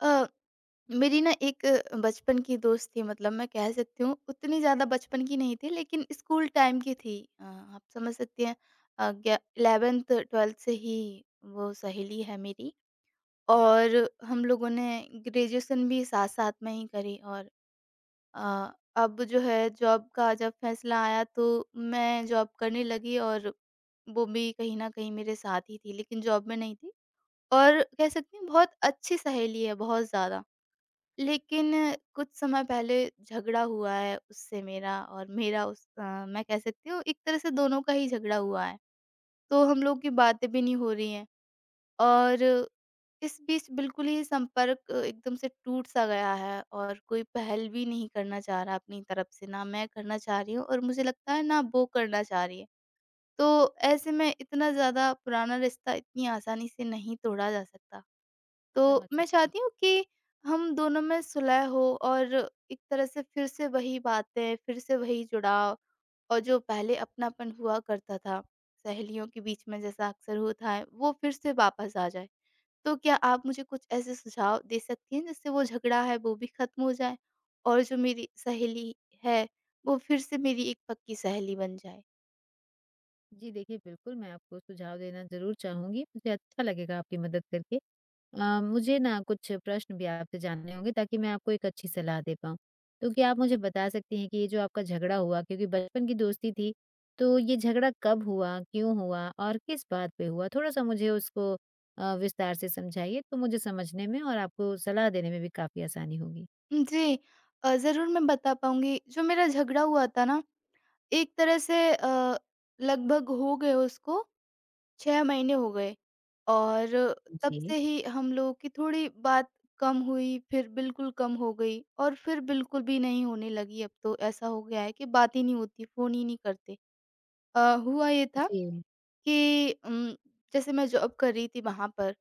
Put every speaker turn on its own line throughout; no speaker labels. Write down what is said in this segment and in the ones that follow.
अ, मेरी ना एक बचपन की दोस्त थी, मतलब मैं कह सकती हूँ उतनी ज़्यादा बचपन की नहीं थी लेकिन स्कूल टाइम की थी, आप समझ सकती हैं। इलेवेंथ ट्वेल्थ से ही वो सहेली है मेरी। और हम लोगों ने ग्रेजुएशन भी साथ साथ में ही करी। और अब जो है जॉब का जब फैसला आया तो मैं जॉब करने लगी और वो भी कहीं ना कहीं मेरे साथ ही थी लेकिन जॉब में नहीं थी। और कह सकती हूँ बहुत अच्छी सहेली है, बहुत ज़्यादा। लेकिन कुछ समय पहले झगड़ा हुआ है उससे मेरा और मेरा उस मैं कह सकती हूँ एक तरह से दोनों का ही झगड़ा हुआ है। तो हम लोग की बातें भी नहीं हो रही हैं। और इस बीच बिल्कुल ही संपर्क एकदम से टूट-सा गया है और कोई पहल भी नहीं करना चाह रहा अपनी तरफ से, ना मैं करना चाह रही हूँ और मुझे लगता है ना वो करना चाह रही है। तो ऐसे में इतना ज़्यादा पुराना रिश्ता इतनी आसानी से नहीं तोड़ा जा सकता। तो
समझ
मैं
सकती हूँ।
चाहती हूँ कि हम दोनों में सुलह हो, और एक तरह से फिर से वही बातें, फिर से वही जुड़ाव और जो पहले अपनापन हुआ करता था, सहेलियों के बीच में जैसा अक्सर होता है, वो फिर से वापस आ जाए। तो क्या आप मुझे कुछ ऐसे सुझाव दे सकती हैं जिससे वो झगड़ा है वो भी खत्म हो जाए और जो मेरी सहेली है, वो फिर से मेरी एक पक्की सहेली बन जाए?
जी देखिए, बिल्कुल मैं आपको सुझाव देना ज़रूर चाहूँगी, मुझे अच्छा लगेगा आपकी मदद करके। मुझे ना कुछ प्रश्न भी आपसे जानने होंगे ताकि मैं आपको एक अच्छी सलाह दे पाऊँ। तो क्या आप मुझे बता सकती हैं कि ये जो आपका झगड़ा हुआ क्योंकि बचपन की दोस्ती थी, तो ये झगड़ा कब हुआ, क्यों हुआ और किस बात पे हुआ? थोड़ा-सा मुझे उसको विस्तार से समझाइए तो मुझे समझने में और आपको सलाह देने में भी काफ़ी आसानी होगी।
जी ज़रूर मैं बता पाऊँगी। जो मेरा झगड़ा हुआ था ना, एक तरह से लगभग हो गए उसको 6 महीने हो गए। और तब
जी।
से ही हम लोगों की थोड़ी बात कम हुई, फिर बिल्कुल कम हो गई और फिर बिल्कुल भी नहीं होने लगी। अब तो ऐसा हो गया है कि बात ही नहीं होती, फ़ोन ही नहीं करते। हुआ ये था
जी।
कि जैसे मैं जॉब कर रही थी वहाँ पर,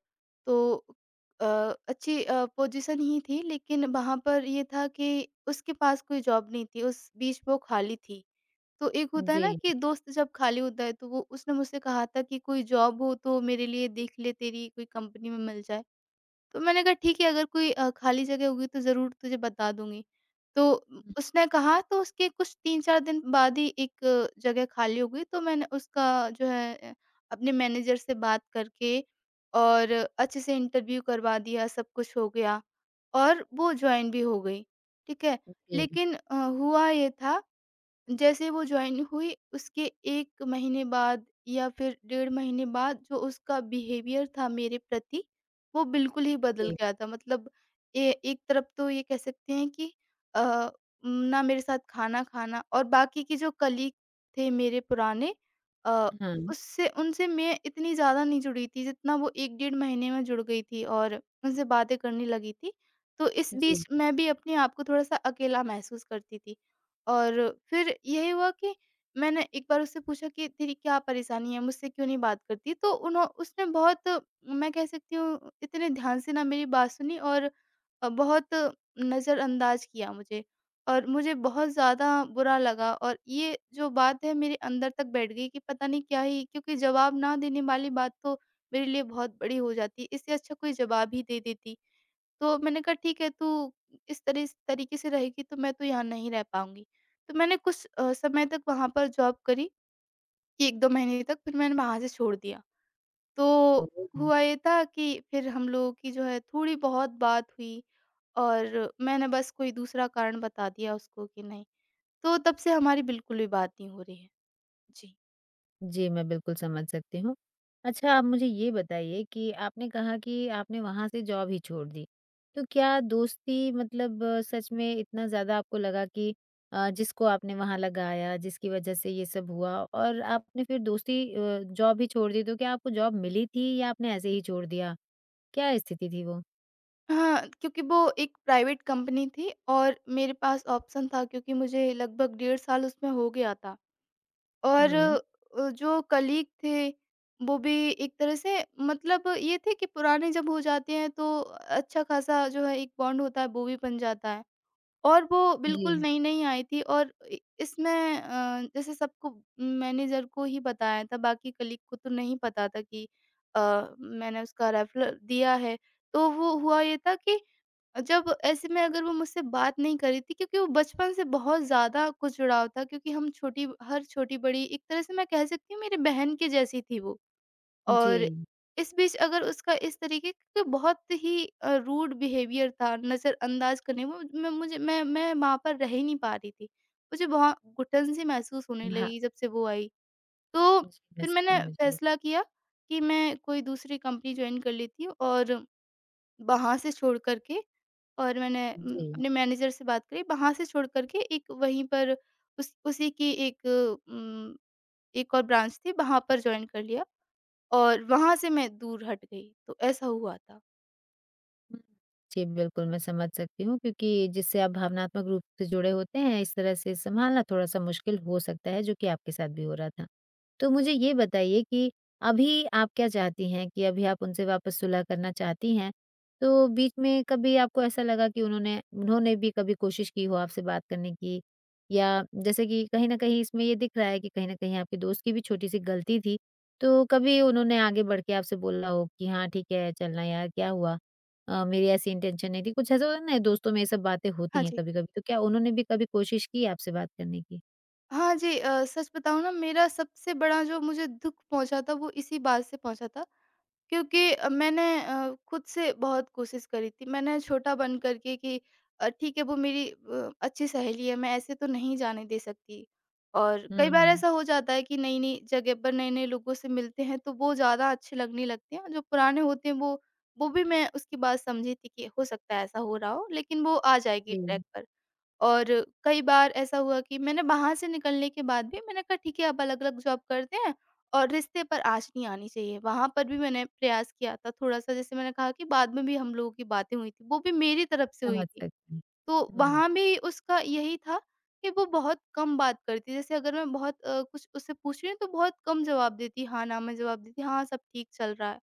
तो अ, अच्छी पोजीशन ही थी लेकिन वहाँ पर ये था कि उसके पास कोई जॉब नहीं थी, उस बीच वो खाली थी। तो एक होता है
जी।
ना कि दोस्त जब खाली होता है तो वो उसने मुझसे कहा था कि कोई जॉब हो तो मेरे लिए देख ले तेरी कोई कंपनी में मिल जाए। तो मैंने कहा ठीक है, अगर कोई खाली जगह होगी तो ज़रूर तुझे बता दूंगी। तो
हुँ।
उसने कहा, तो उसके कुछ 3-4 दिन बाद ही एक जगह खाली हो गई। तो मैंने उसका जो है अपने मैनेजर से बात करके और अच्छे से इंटरव्यू करवा दिया, सब कुछ हो गया और वो जॉइन भी हो गई, ठीक है।
जी,
लेकिन हुआ ये था जैसे वो जॉइन हुई उसके 1 महीने बाद या फिर डेढ़ महीने बाद जो उसका बिहेवियर था मेरे प्रति, वो बिल्कुल ही बदल
जी।
गया था। मतलब ए एक तरफ तो ये कह सकते हैं कि अ, ना मेरे साथ खाना खाना और बाकी के जो कलीग थे मेरे पुराने अ,
हाँ,
उससे उनसे मैं इतनी ज़्यादा नहीं जुड़ी थी जितना वो 1 डेढ़ महीने में जुड़ गई थी और उनसे बातें करने लगी थी। तो इस बीच
जी।
मैं भी अपने आप को थोड़ा-सा अकेला महसूस करती थी। और फिर यही हुआ कि मैंने एक बार उससे पूछा कि तेरी क्या परेशानी है? मुझसे क्यों नहीं बात करती? तो उन्हो उसने बहुत, मैं कह सकती हूँ इतने ध्यान से ना मेरी बात सुनी और बहुत नज़रअंदाज किया मुझे और मुझे बहुत ज़्यादा बुरा लगा। और ये जो बात है मेरे अंदर तक बैठ गई कि पता नहीं क्या ही, क्योंकि जवाब ना देने वाली बात तो मेरे लिए बहुत बड़ी हो जाती है। इससे अच्छा कोई जवाब ही दे देती। तो मैंने कहा ठीक है तू इस तरीके से रहेगी तो मैं तो यहाँ नहीं रह पाऊँगी। तो मैंने कुछ समय तक वहाँ पर जॉब करी, 1-2 महीने तक, फिर मैंने वहाँ से छोड़ दिया। तो
ओह!
हुआ ये था कि फिर हम लोगों की जो है थोड़ी बहुत बात हुई और मैंने बस कोई दूसरा कारण बता दिया उसको कि नहीं। तो तब से हमारी बिल्कुल भी बात नहीं हो रही है। जी।
जी, मैं बिल्कुल समझ सकती हूँ। अच्छा आप मुझे ये बताइए कि आपने कहा कि आपने वहाँ से जॉब ही छोड़ दी। तो क्या दोस्ती मतलब सच में इतना ज़्यादा आपको लगा कि जिसको आपने वहाँ लगाया, जिसकी वज़ह से ये सब हुआ और आपने फिर दोस्ती जॉब ही छोड़ दी, तो क्या आपको जॉब मिली थी या आपने ऐसे ही छोड़ दिया? क्या स्थिति थी वो?
हाँ, क्योंकि वो एक प्राइवेट कंपनी थी और मेरे पास ऑप्शन था, क्योंकि मुझे लगभग डेढ़ साल उसमें हो गया था। और
हुँ।
जो कलीग थे वो भी एक तरह से मतलब ये थे कि पुराने जब हो जाते हैं तो अच्छा खासा जो है एक बॉन्ड होता है, वो भी बन जाता है। और वो
जी,
बिल्कुल
जी।
नई नई आई थी और इसमें जैसे सबको मैनेजर को ही बताया था, बाकी कलीग को तो नहीं पता था कि अ, मैंने उसका रेफरल दिया है। तो वो हुआ ये था कि जब ऐसे में अगर वो मुझसे बात नहीं कर रही थी, क्योंकि वो बचपन से बहुत ज़्यादा कुछ जुड़ाव था क्योंकि हम छोटी हर छोटी-बड़ी एक तरह से मैं कह सकती हूँ मेरी बहन के जैसी थी वो। और इस बीच अगर उसका इस तरीके का बहुत ही रूड बिहेवियर था नज़रअंदाज करने, वो मैं मुझे मैं वहाँ पर रह ही नहीं पा रही थी। मुझे बहुत घुटन-सी महसूस होने
भा
लगी जब से वो आई। तो
जी, मैं
फिर मैंने
समझ रही हूँ।
फ़ैसला किया कि मैं कोई दूसरी कंपनी जॉइन कर लेती हूँ और वहाँ से छोड़ कर के, और मैंने
जी।
अपने मैनेजर से बात करी, वहाँ से छोड़ कर के एक वहीं पर उस उसी की एक एक और ब्रांच थी, वहाँ पर जॉइन कर लिया और वहाँ से मैं दूर हट गई, तो ऐसा हुआ था।
हुँ। जी, बिल्कुल मैं समझ सकती हूँ क्योंकि जिससे आप भावनात्मक रूप से जुड़े होते हैं, इस तरह से सँभालना थोड़ा-सा मुश्किल हो सकता है, जो कि आपके साथ भी हो रहा था। तो मुझे ये बताइए कि अभी आप क्या चाहती हैं कि अभी आप उनसे वापस सुलह करना चाहती हैं, तो बीच में कभी आपको ऐसा लगा कि उन्होंने उन्होंने भी कभी कोशिश की हो आपसे बात करने की? या जैसे कि कहीं न कहीं इसमें ये दिख रहा है कि कहीं न कहीं आपके दोस्त की भी छोटी-सी गलती थी, तो कभी उन्होंने आगे बढ़ के आपसे बोला हो कि हाँ, ठीक है, चलना यार क्या हुआ? मेरी ऐसी इंटेंशन नहीं थी। कुछ ऐसा होता है ना दोस्तों में ये सब बातें
हाँ
होती हैं
जी।
कभी-कभी, तो क्या उन्होंने भी कभी कोशिश की आपसे बात करने की?
हाँ जी, सच बताऊँ ना, मेरा सबसे बड़ा जो मुझे दुःख पहुँचा था वो इसी बात से पहुँचा था क्योंकि मैंने खुद से बहुत कोशिश करी थी। मैंने छोटा बन कर के कि ठीक है, वो मेरी अच्छी सहेली है, मैं ऐसे तो नहीं जाने दे सकती। और कई
हुँ,
बार
हुँ।
ऐसा हो जाता है कि नई-नई जगह पर नए-नए लोगों से मिलते हैं तो वो ज़्यादा अच्छे लगने लगते हैं और जो पुराने होते हैं वो भी मैं उसकी बात समझी थी कि हो सकता है ऐसा हो रहा हो, लेकिन वो आ जाएगी
जी,
ट्रैक पर। और कई बार ऐसा हुआ कि मैंने वहाँ से निकलने के बाद भी मैंने कहा ठीक है, अब अलग-अलग जॉब करते हैं और रिश्ते पर आँच नहीं आनी चाहिए। वहाँ पर भी मैंने प्रयास किया था थोड़ा-सा, जैसे मैंने कहा कि बाद में भी हम लोगों की बातें हुई थी, वो भी मेरी तरफ से हुई
समझ
थी।
सकती हूँ।
तो
हुँ,
वहाँ भी उसका यही था कि वो बहुत कम बात करती, जैसे अगर मैं बहुत कुछ उससे पूछ रही हूँ तो बहुत कम जवाब देती, हाँ-ना में जवाब देती, हाँ सब ठीक चल रहा है।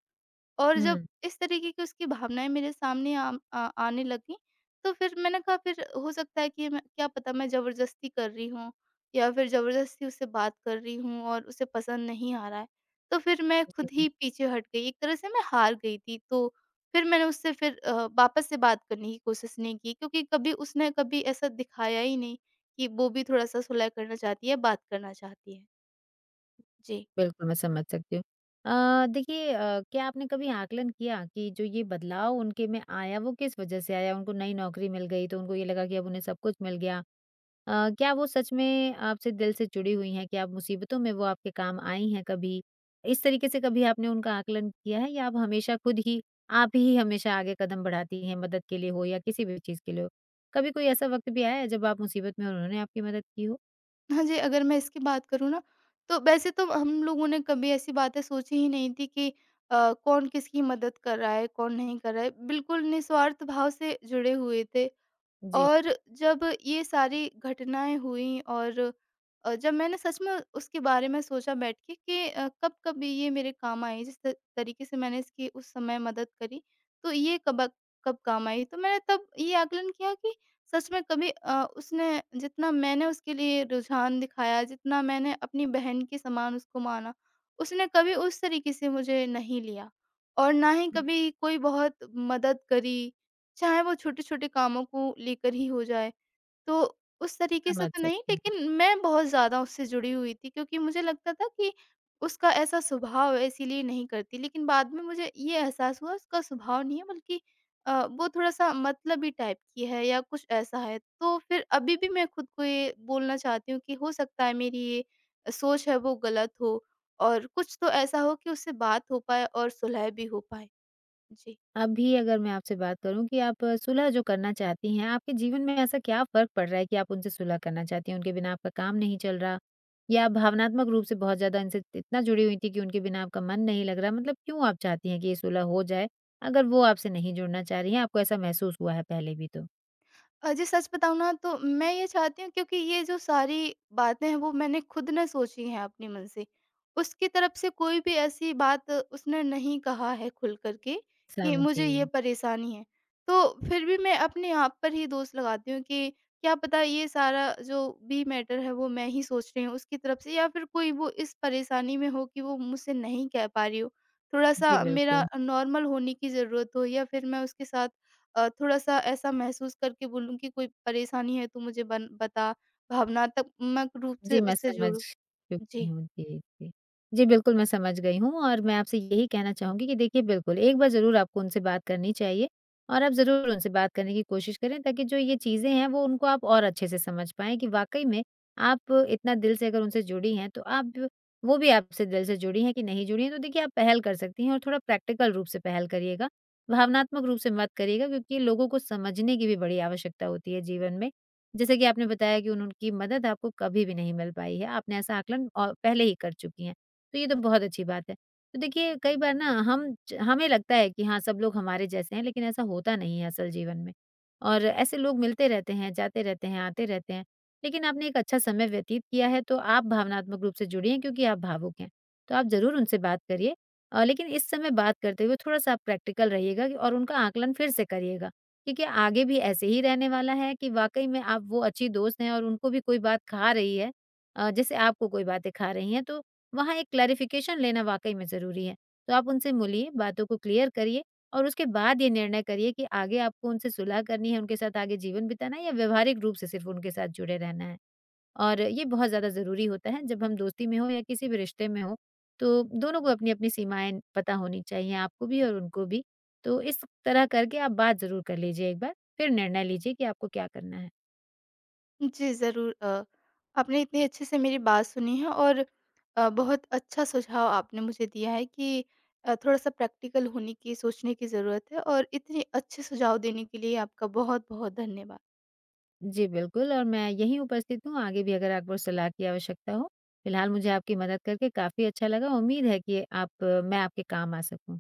और जब
हुँ।
इस तरीके की उसकी भावनाएँ मेरे सामने आने लगी, तो फिर मैंने कहा फिर हो सकता है कि मैं, क्या पता मैं ज़बरदस्ती कर रही हूँ या फिर ज़बरदस्ती उससे बात कर रही हूँ और उसे पसंद नहीं आ रहा है। तो फिर मैं
जी,
खुद ही पीछे हट गई, एक तरह से मैं हार गई थी। तो फिर मैंने उससे फिर वापस से बात करने की कोशिश नहीं की क्योंकि कभी उसने कभी ऐसा दिखाया ही नहीं कि वो भी थोड़ा-सा सुलह करना चाहती है, बात करना चाहती है। जी।
बिल्कुल मैं समझ सकती हूँ। देखिए, क्या आपने कभी आकलन किया कि जो ये बदलाव उनके में आया वो किस वजह से आया? उनको नई नौकरी मिल गई तो उनको ये लगा कि अब उन्हें सब कुछ मिल गया। क्या वो सच में आपसे दिल से जुड़ी हुई हैं कि आप मुसीबतों में वो आपके काम आई हैं कभी? इस तरीके से कभी आपने उनका आकलन किया है या आप हमेशा खुद ही आप ही हमेशा आगे कदम बढ़ाती हैं मदद के लिए हो या किसी भी चीज़ के लिए हो? कभी कोई ऐसा वक़्त भी आया है जब आप मुसीबत में और उन्होंने आपकी मदद की हो?
हाँ जी, अगर मैं इसकी बात करूँ ना, तो वैसे तो हम लोगों ने कभी ऐसी बातें सोची ही नहीं थी कि कौन किसकी मदद कर रहा है, कौन नहीं कर रहा है। बिल्कुल निस्वार्थ भाव से जुड़े हुए थे।
जी,
और जब ये सारी घटनाएँ हुईं और जब मैंने सच में उसके बारे में सोचा बैठ के कि कब-कब ये मेरे काम आई, जिस त तरीके से मैंने इसकी उस समय मदद करी, तो ये कबक कब काम आई। तो मैंने तब ये आकलन किया कि सच में कभी उसने, जितना मैंने उसके लिए रुझान दिखाया, जितना मैंने अपनी बहन के समान उसको माना, उसने कभी उस तरीके से मुझे नहीं लिया और ना ही
हुँ।
कभी कोई बहुत मदद करी, चाहे वो छोटे-छोटे कामों को लेकर ही हो जाए। तो उस तरीके से
समझ
तो नहीं,
सकती हूँ।
लेकिन मैं बहुत ज़्यादा उससे जुड़ी हुई थी क्योंकि मुझे लगता था कि उसका ऐसा स्वभाव है इसीलिए नहीं करती। लेकिन बाद में मुझे ये एहसास हुआ उसका स्वभाव नहीं है, बल्कि वो थोड़ा-सा मतलबी टाइप की है या कुछ ऐसा है। तो फिर अभी भी मैं खुद को ये बोलना चाहती हूँ कि हो सकता है मेरी ये सोच है वो गलत हो, और कुछ तो ऐसा हो कि उससे बात हो पाए और सुलह भी हो पाए। जी।
अभी अगर मैं आपसे बात करूँ कि आप सुलह जो करना चाहती हैं, आपके जीवन में ऐसा क्या फ़र्क पड़ रहा है कि आप उनसे सुलह करना चाहती हैं? उनके बिना आपका काम नहीं चल रहा, या आप भावनात्मक रूप से बहुत ज़्यादा इनसे इतना जुड़ी हुई थी कि उनके बिना आपका मन नहीं लग रहा? मतलब क्यों आप चाहती हैं कि ये सुलह हो जाए, अगर वो आपसे नहीं जुड़ना चाह रही हैं, आपको ऐसा महसूस हुआ है पहले भी तो?
जी सच बताऊँ ना, तो मैं ये चाहती हूँ क्योंकि ये जो सारी बातें हैं वो मैंने खुद ने सोची हैं अपने मन से। उसकी तरफ से कोई भी ऐसी बात उसने नहीं कहा है खुल कर के कि मुझे ये
समझी।
परेशानी है। तो फिर भी मैं अपने आप पर ही दोष लगाती हूँ कि क्या पता ये सारा जो भी मैटर है वो मैं ही सोच रही हूँ उसकी तरफ से, या फिर कोई वो इस परेशानी में हो कि वो मुझसे नहीं कह पा रही हो।
जी,
थोड़ा-सा मेरा
बिल्कुल।
नॉर्मल होने की ज़रूरत हो, या फिर मैं उसके साथ थोड़ा-सा ऐसा महसूस करके बोलूँ कि कोई परेशानी है तो मुझे बन बता, भावनात्मक रूप से
जी, मैं
उससे
समझ
जुड़ूँ।
चुकी
जी।
हूँ। जी, जी। जी, बिल्कुल मैं समझ गई हूँ और मैं आपसे यही कहना चाहूँगी कि देखिए बिल्कुल, एक बार ज़रूर आपको उनसे बात करनी चाहिए और आप ज़रूर उनसे बात करने की कोशिश करें ताकि जो ये चीज़ें हैं वो उनको आप और अच्छे से समझ पाएँ कि वाक़ई में आप इतना दिल से अगर उनसे जुड़ी हैं तो आप वो भी आपसे दिल से जुड़ी हैं कि नहीं जुड़ी हैं। तो देखिए, आप पहल कर सकती हैं और थोड़ा प्रैक्टिकल रूप से पहल करिएगा, भावनात्मक रूप से मत करिएगा क्योंकि लोगों को समझने की भी बड़ी आवश्यकता होती है जीवन में। जैसे कि आपने बताया कि उन उनकी मदद आपको कभी भी नहीं मिल पाई है, आपने ऐसा आकलन औ पहले ही कर चुकी हैं, तो ये तो बहुत अच्छी बात है। तो देखिए, कई बार ना हम ज हमें लगता है कि हाँ, सब लोग हमारे जैसे हैं, लेकिन ऐसा होता नहीं है असल जीवन में। और ऐसे लोग मिलते रहते हैं, जाते रहते हैं, आते रहते हैं, लेकिन आपने एक अच्छा समय व्यतीत किया है तो आप भावनात्मक रूप से जुड़ी हैं क्योंकि आप भावुक हैं। तो आप ज़रूर उनसे बात करिए, लेकिन इस समय बात करते हुए थोड़ा-सा आप प्रैक्टिकल रहिएगा और उनका आकलन फिर से करिएगा। क्योंकि आगे भी ऐसे ही रहने वाला है कि वाक़ई में आप वो अच्छी दोस्त हैं और उनको भी कोई बात खा रही है, जैसे आपको कोई बातें खा रही हैं, तो वहाँ एक क्लैरिफ़िकेशन लेना वाक़ई में ज़रूरी है। तो आप उनसे मिलिए, बातों को क्लियर करिए और उसके बाद ये निर्णय करिए कि आगे आपको उनसे सुलह करनी है, उनके साथ आगे जीवन बिताना है या व्यावहारिक रूप से सिर्फ़ उनके साथ जुड़े रहना है। और ये बहुत ज़्यादा ज़रूरी होता है, जब हम दोस्ती में हो या किसी भी रिश्ते में हो तो दोनों को अपनी-अपनी सीमाएँ पता होनी चाहिए, आपको भी और उनको भी। तो इस तरह करके आप बात ज़रूर कर लीजिए एक बार, फिर निर्णय लीजिए कि आपको क्या करना है।
जी, ज़रूर, आपने इतने अच्छे से मेरी बात सुनी है और बहुत अच्छा सुझाव आपने मुझे दिया है कि थोड़ा-सा प्रैक्टिकल होने की सोचने की ज़रूरत है। और इतने अच्छे सुझाव देने के लिए आपका बहुत-बहुत धन्यवाद।
जी, बिल्कुल, और मैं यहीं उपस्थित हूँ, आगे भी अगर आपको सलाह की आवश्यकता हो। फिलहाल मुझे आपकी मदद करके काफ़ी अच्छा लगा, उम्मीद है कि आप मैं आपके काम आ सकूँ।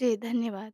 जी, धन्यवाद।